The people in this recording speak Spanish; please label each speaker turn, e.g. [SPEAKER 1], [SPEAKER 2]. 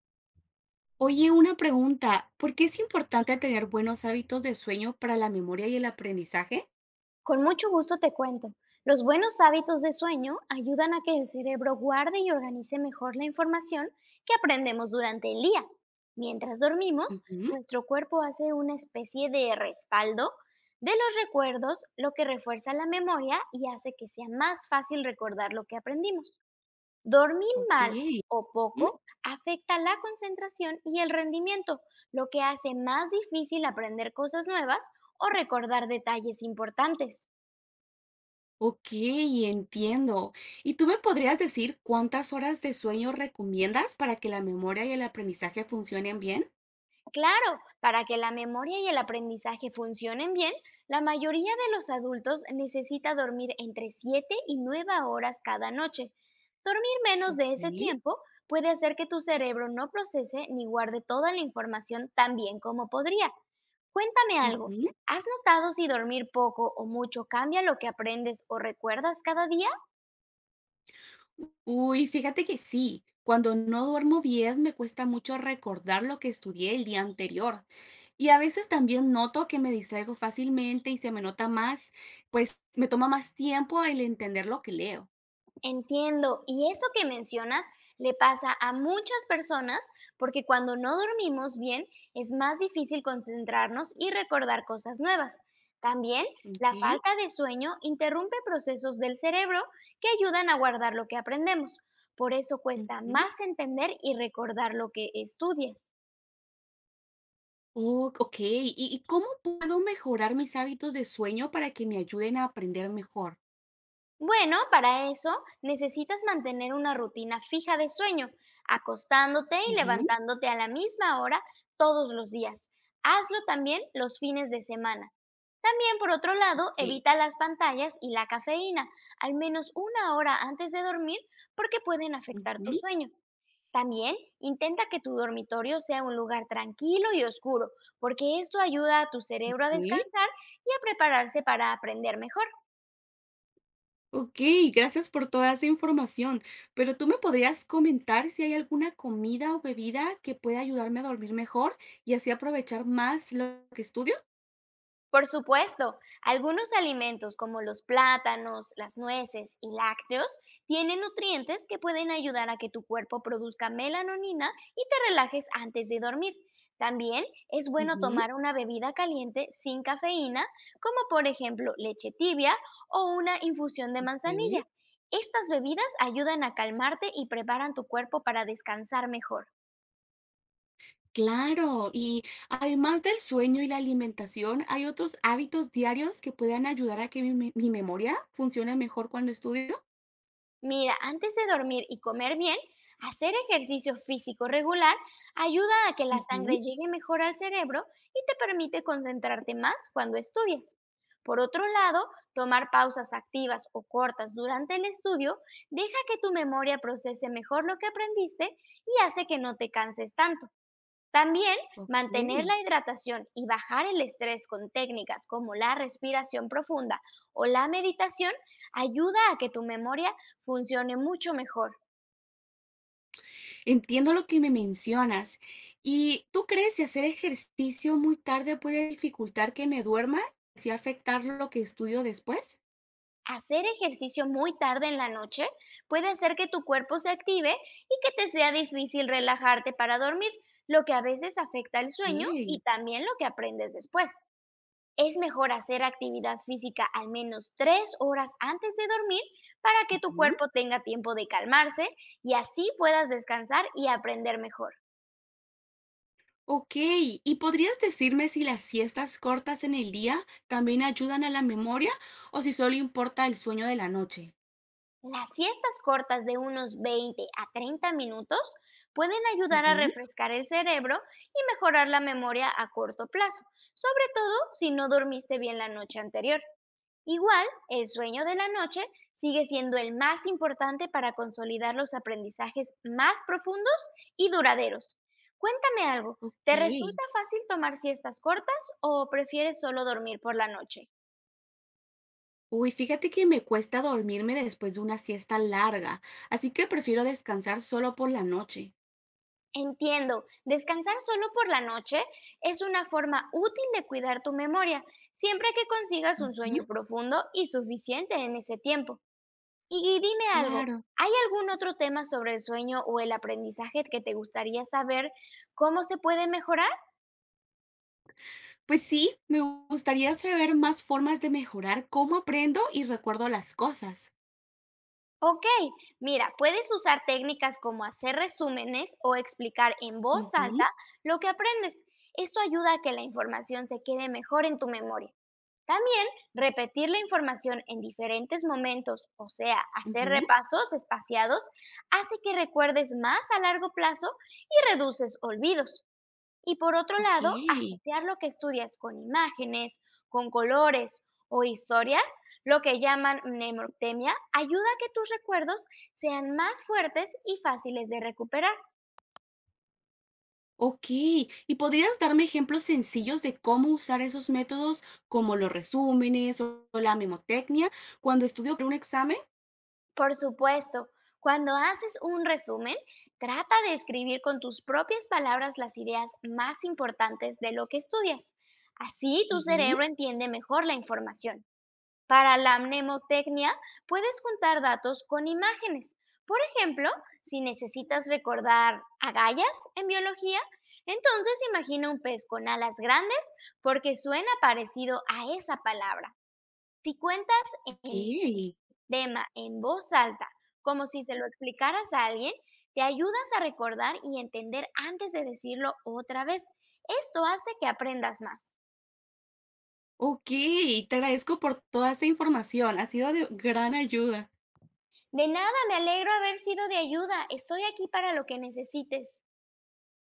[SPEAKER 1] Oye, una pregunta, ¿por qué es importante tener buenos hábitos de sueño para la memoria y el aprendizaje?
[SPEAKER 2] Con mucho gusto te cuento. Los buenos hábitos de sueño ayudan a que el cerebro guarde y organice mejor la información que aprendemos durante el día. Mientras dormimos,
[SPEAKER 1] Ujú.
[SPEAKER 2] nuestro cuerpo hace una especie de respaldo de los recuerdos, lo que refuerza la memoria y hace que sea más fácil recordar lo que aprendimos. Dormir
[SPEAKER 1] Ok.
[SPEAKER 2] mal o
[SPEAKER 1] Ujú.
[SPEAKER 2] poco afecta la concentración y el rendimiento, lo que hace más difícil aprender cosas nuevas o recordar detalles importantes.
[SPEAKER 1] Ok, entiendo. ¿Y tú me podrías decir cuántas horas de sueño recomiendas para que la memoria y el aprendizaje funcionen bien?
[SPEAKER 2] Claro, para que la memoria y el aprendizaje funcionen bien, la mayoría de los adultos necesita dormir entre 7 y 9 horas cada noche. Dormir menos
[SPEAKER 1] Ok.
[SPEAKER 2] de ese tiempo puede hacer que tu cerebro no procese ni guarde toda la información tan bien como podría. Cuéntame algo,
[SPEAKER 1] Ujú.
[SPEAKER 2] ¿has notado si dormir poco o mucho cambia lo que aprendes o recuerdas cada día?
[SPEAKER 1] Uy, fíjate que sí. Cuando no duermo bien, me cuesta mucho recordar lo que estudié el día anterior. Y a veces también noto que me distraigo fácilmente y se me nota más, pues me toma más tiempo el entender lo que leo.
[SPEAKER 2] Entiendo, y eso que mencionas le pasa a muchas personas porque cuando no dormimos bien es más difícil concentrarnos y recordar cosas nuevas. También
[SPEAKER 1] Ok.
[SPEAKER 2] la falta de sueño interrumpe procesos del cerebro que ayudan a guardar lo que aprendemos. Por eso cuesta
[SPEAKER 1] Ujú.
[SPEAKER 2] más entender y recordar lo que estudias.
[SPEAKER 1] Oh, ok. ¿Y cómo puedo mejorar mis hábitos de sueño para que me ayuden a aprender mejor?
[SPEAKER 2] Bueno, para eso necesitas mantener una rutina fija de sueño, acostándote y
[SPEAKER 1] Ujú.
[SPEAKER 2] levantándote a la misma hora todos los días. Hazlo también los fines de semana. También, por otro lado,
[SPEAKER 1] Ok.
[SPEAKER 2] evita las pantallas y la cafeína, al menos una hora antes de dormir, porque pueden afectar tu
[SPEAKER 1] Ujú.
[SPEAKER 2] sueño. También intenta que tu dormitorio sea un lugar tranquilo y oscuro, porque esto ayuda a tu cerebro a
[SPEAKER 1] Ok.
[SPEAKER 2] descansar y a prepararse para aprender mejor.
[SPEAKER 1] Okey, gracias por toda esa información. Pero, ¿tú me podrías comentar si hay alguna comida o bebida que pueda ayudarme a dormir mejor y así aprovechar más lo que estudio?
[SPEAKER 2] Por supuesto, algunos alimentos como los plátanos, las nueces y lácteos tienen nutrientes que pueden ayudar a que tu cuerpo produzca melanonina y te relajes antes de dormir. También es bueno
[SPEAKER 1] Ujú.
[SPEAKER 2] tomar una bebida caliente sin cafeína, como por ejemplo leche tibia o una infusión de
[SPEAKER 1] Sí.
[SPEAKER 2] manzanilla. Estas bebidas ayudan a calmarte y preparan tu cuerpo para descansar mejor.
[SPEAKER 1] Claro, y además del sueño y la alimentación, ¿hay otros hábitos diarios que puedan ayudar a que mi memoria funcione mejor cuando estudio?
[SPEAKER 2] Mira, antes de dormir y comer bien, hacer ejercicio físico regular ayuda a que la sangre
[SPEAKER 1] Ujú.
[SPEAKER 2] llegue mejor al cerebro y te permite concentrarte más cuando estudias. Por otro lado, tomar pausas activas o cortas durante el estudio deja que tu memoria procese mejor lo que aprendiste y hace que no te canses tanto. También mantener
[SPEAKER 1] Okey.
[SPEAKER 2] la hidratación y bajar el estrés con técnicas como la respiración profunda o la meditación ayuda a que tu memoria funcione mucho mejor.
[SPEAKER 1] Entiendo lo que me mencionas. ¿Y tú crees que hacer ejercicio muy tarde puede dificultar que me duerma y así afectar lo que estudio después?
[SPEAKER 2] Hacer ejercicio muy tarde en la noche puede hacer que tu cuerpo se active y que te sea difícil relajarte para dormir, lo que a veces afecta el sueño y
[SPEAKER 1] Ey.
[SPEAKER 2] también lo que aprendes después. Es mejor hacer actividad física al menos 3 horas antes de dormir para que tu
[SPEAKER 1] Ujú.
[SPEAKER 2] cuerpo tenga tiempo de calmarse y así puedas descansar y aprender mejor.
[SPEAKER 1] Ok, ¿y podrías decirme si las siestas cortas en el día también ayudan a la memoria o si solo importa el sueño de la noche?
[SPEAKER 2] Las siestas cortas de unos 20 a 30 minutos pueden ayudar a
[SPEAKER 1] Ujú.
[SPEAKER 2] refrescar el cerebro y mejorar la memoria a corto plazo, sobre todo si no dormiste bien la noche anterior. Igual, el sueño de la noche sigue siendo el más importante para consolidar los aprendizajes más profundos y duraderos. Cuéntame algo, ¿te resulta
[SPEAKER 1] Ok.
[SPEAKER 2] fácil tomar siestas cortas o prefieres solo dormir por la noche?
[SPEAKER 1] Uy, fíjate que me cuesta dormirme después de una siesta larga, así que prefiero descansar solo por la noche.
[SPEAKER 2] Entiendo, descansar solo por la noche es una forma útil de cuidar tu memoria, siempre que consigas un sueño
[SPEAKER 1] Ujú.
[SPEAKER 2] profundo y suficiente en ese tiempo. Y dime algo,
[SPEAKER 1] Claro.
[SPEAKER 2] ¿hay algún otro tema sobre el sueño o el aprendizaje que te gustaría saber cómo se puede mejorar?
[SPEAKER 1] Pues sí, me gustaría saber más formas de mejorar cómo aprendo y recuerdo las cosas.
[SPEAKER 2] Ok, mira, puedes usar técnicas como hacer resúmenes o explicar en voz
[SPEAKER 1] Ujú.
[SPEAKER 2] alta lo que aprendes. Esto ayuda a que la información se quede mejor en tu memoria. También repetir la información en diferentes momentos, o sea, hacer
[SPEAKER 1] Ujú.
[SPEAKER 2] repasos espaciados, hace que recuerdes más a largo plazo y reduces olvidos. Y por otro
[SPEAKER 1] Ok.
[SPEAKER 2] lado, asociar lo que estudias con imágenes, con colores o historias, lo que llaman mnemotecnia, ayuda a que tus recuerdos sean más fuertes y fáciles de recuperar.
[SPEAKER 1] Ok. ¿Y podrías darme ejemplos sencillos de cómo usar esos métodos, como los resúmenes o la memotecnia, cuando estudio para un examen?
[SPEAKER 2] Por supuesto, cuando haces un resumen, trata de escribir con tus propias palabras las ideas más importantes de lo que estudias. Así tu
[SPEAKER 1] Ujú.
[SPEAKER 2] cerebro entiende mejor la información. Para la mnemotecnia, puedes juntar datos con imágenes. Por ejemplo, si necesitas recordar agallas en biología, entonces imagina un pez con alas grandes porque suena parecido a esa palabra. Si cuentas
[SPEAKER 1] Ok.
[SPEAKER 2] el tema en voz alta, como si se lo explicaras a alguien, te ayudas a recordar y entender antes de decirlo otra vez. Esto hace que aprendas más.
[SPEAKER 1] Ok. Te agradezco por toda esa información. Ha sido de gran ayuda.
[SPEAKER 2] De nada, me alegro haber sido de ayuda. Estoy aquí para lo que necesites.